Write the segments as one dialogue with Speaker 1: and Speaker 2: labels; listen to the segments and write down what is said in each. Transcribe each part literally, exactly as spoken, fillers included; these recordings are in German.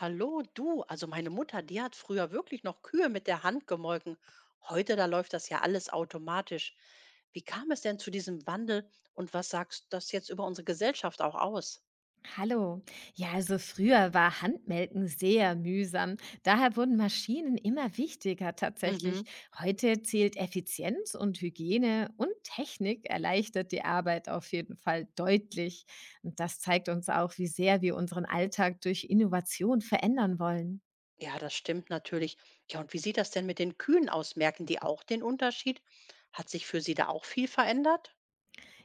Speaker 1: Hallo, du. Also meine Mutter, die hat früher wirklich noch Kühe mit der Hand gemolken. Heute, da läuft das ja alles automatisch. Wie kam es denn zu diesem Wandel und was sagst das jetzt über unsere Gesellschaft auch aus?
Speaker 2: Hallo. Ja, also früher war Handmelken sehr mühsam. Daher wurden Maschinen immer wichtiger tatsächlich.
Speaker 1: Mhm.
Speaker 2: Heute zählt Effizienz und Hygiene und Technik erleichtert die Arbeit auf jeden Fall deutlich. Und das zeigt uns auch, wie sehr wir unseren Alltag durch Innovation verändern wollen.
Speaker 1: Ja, das stimmt natürlich. Ja, und wie sieht das denn mit den Kühen aus? Merken die auch den Unterschied? Hat sich für sie da auch viel verändert?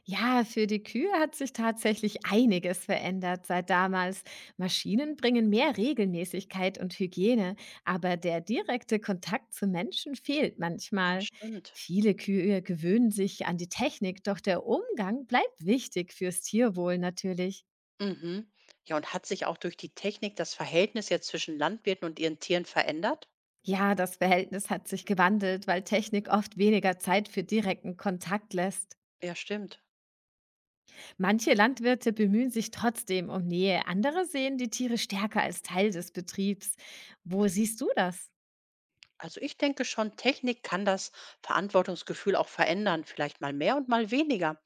Speaker 2: Ja, für die Kühe hat sich tatsächlich einiges verändert seit damals. Maschinen bringen mehr Regelmäßigkeit und Hygiene, aber der direkte Kontakt zu Menschen fehlt
Speaker 1: Ah,
Speaker 2: manchmal.
Speaker 1: stimmt.
Speaker 2: Viele Kühe gewöhnen sich an die Technik, doch der Umgang bleibt wichtig fürs Tierwohl natürlich.
Speaker 1: Mhm. Ja, und hat sich auch durch die Technik das Verhältnis jetzt zwischen Landwirten und ihren Tieren verändert?
Speaker 2: Ja, das Verhältnis hat sich gewandelt, weil Technik oft weniger Zeit für direkten Kontakt lässt.
Speaker 1: Ja, stimmt.
Speaker 2: Manche Landwirte bemühen sich trotzdem um Nähe, andere sehen die Tiere stärker als Teil des Betriebs. Wo siehst du das?
Speaker 1: Also ich denke schon, Technik kann das Verantwortungsgefühl auch verändern, vielleicht mal mehr und mal weniger.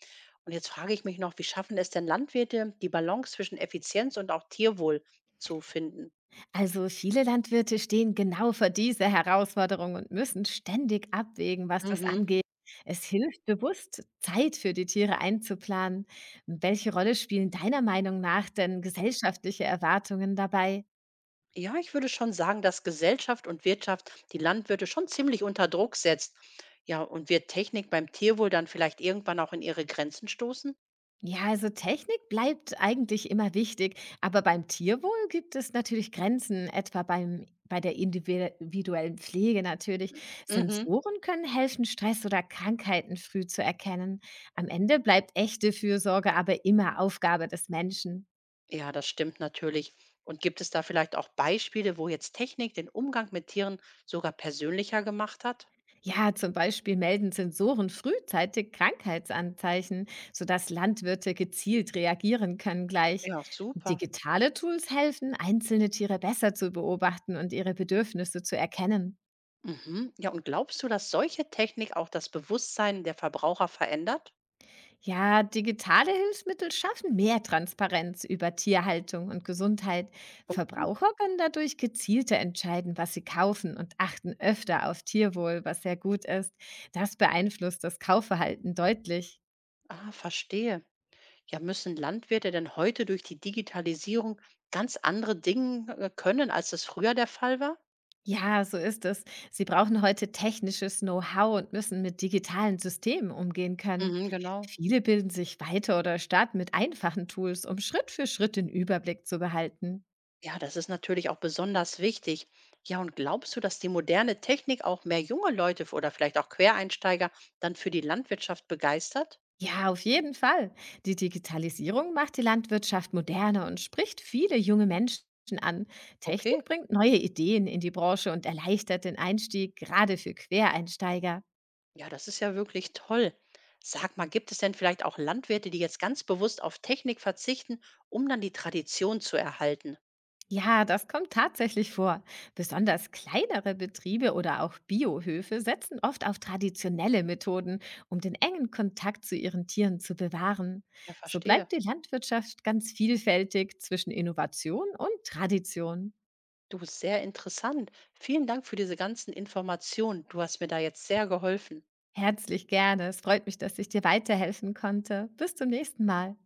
Speaker 1: Und jetzt frage ich mich noch, wie schaffen es denn Landwirte, die Balance zwischen Effizienz und auch Tierwohl zu finden?
Speaker 2: Also viele Landwirte stehen genau vor dieser Herausforderung und müssen ständig abwägen, was das
Speaker 1: Mhm.
Speaker 2: angeht. Es hilft bewusst, Zeit für die Tiere einzuplanen. Welche Rolle spielen deiner Meinung nach denn gesellschaftliche Erwartungen dabei?
Speaker 1: Ja, ich würde schon sagen, dass Gesellschaft und Wirtschaft die Landwirte schon ziemlich unter Druck setzt. Ja, und wird Technik beim Tierwohl dann vielleicht irgendwann auch in ihre Grenzen stoßen?
Speaker 2: Ja, also Technik bleibt eigentlich immer wichtig, aber beim Tierwohl gibt es natürlich Grenzen, etwa beim, bei der individuellen Pflege natürlich.
Speaker 1: Mhm.
Speaker 2: Sensoren können helfen, Stress oder Krankheiten früh zu erkennen. Am Ende bleibt echte Fürsorge aber immer Aufgabe des Menschen.
Speaker 1: Ja, das stimmt natürlich. Und gibt es da vielleicht auch Beispiele, wo jetzt Technik den Umgang mit Tieren sogar persönlicher gemacht hat?
Speaker 2: Ja, zum Beispiel melden Sensoren frühzeitig Krankheitsanzeichen, sodass Landwirte gezielt reagieren können gleich.
Speaker 1: Ja, super.
Speaker 2: Digitale Tools helfen, einzelne Tiere besser zu beobachten und ihre Bedürfnisse zu erkennen.
Speaker 1: Mhm. Ja, und glaubst du, dass solche Technik auch das Bewusstsein der Verbraucher verändert?
Speaker 2: Ja, digitale Hilfsmittel schaffen mehr Transparenz über Tierhaltung und Gesundheit.
Speaker 1: Hm.
Speaker 2: Verbraucher können dadurch gezielter entscheiden, was sie kaufen und achten öfter auf Tierwohl, was sehr gut ist. Das beeinflusst das Kaufverhalten deutlich.
Speaker 1: Ah, verstehe. Ja, müssen Landwirte denn heute durch die Digitalisierung ganz andere Dinge äh, können, als das früher der Fall war?
Speaker 2: Ja, so ist es. Sie brauchen heute technisches Know-how und müssen mit digitalen Systemen umgehen können.
Speaker 1: Mhm, genau.
Speaker 2: Viele bilden sich weiter oder starten mit einfachen Tools, um Schritt für Schritt den Überblick zu behalten.
Speaker 1: Ja, das ist natürlich auch besonders wichtig. Ja, und glaubst du, dass die moderne Technik auch mehr junge Leute f- oder vielleicht auch Quereinsteiger dann für die Landwirtschaft begeistert?
Speaker 2: Ja, auf jeden Fall. Die Digitalisierung macht die Landwirtschaft moderner und spricht viele junge Menschen an.
Speaker 1: Okay.
Speaker 2: Technik bringt neue Ideen in die Branche und erleichtert den Einstieg, gerade für Quereinsteiger.
Speaker 1: Ja, das ist ja wirklich toll. Sag mal, gibt es denn vielleicht auch Landwirte, die jetzt ganz bewusst auf Technik verzichten, um dann die Tradition zu erhalten?
Speaker 2: Ja, das kommt tatsächlich vor. Besonders kleinere Betriebe oder auch Biohöfe setzen oft auf traditionelle Methoden, um den engen Kontakt zu ihren Tieren zu bewahren.
Speaker 1: Ja,
Speaker 2: So
Speaker 1: verstehe.
Speaker 2: bleibt die Landwirtschaft ganz vielfältig zwischen Innovation und Tradition.
Speaker 1: Du, sehr interessant. Vielen Dank für diese ganzen Informationen. Du hast mir da jetzt sehr geholfen.
Speaker 2: Herzlich gerne. Es freut mich, dass ich dir weiterhelfen konnte. Bis zum nächsten Mal.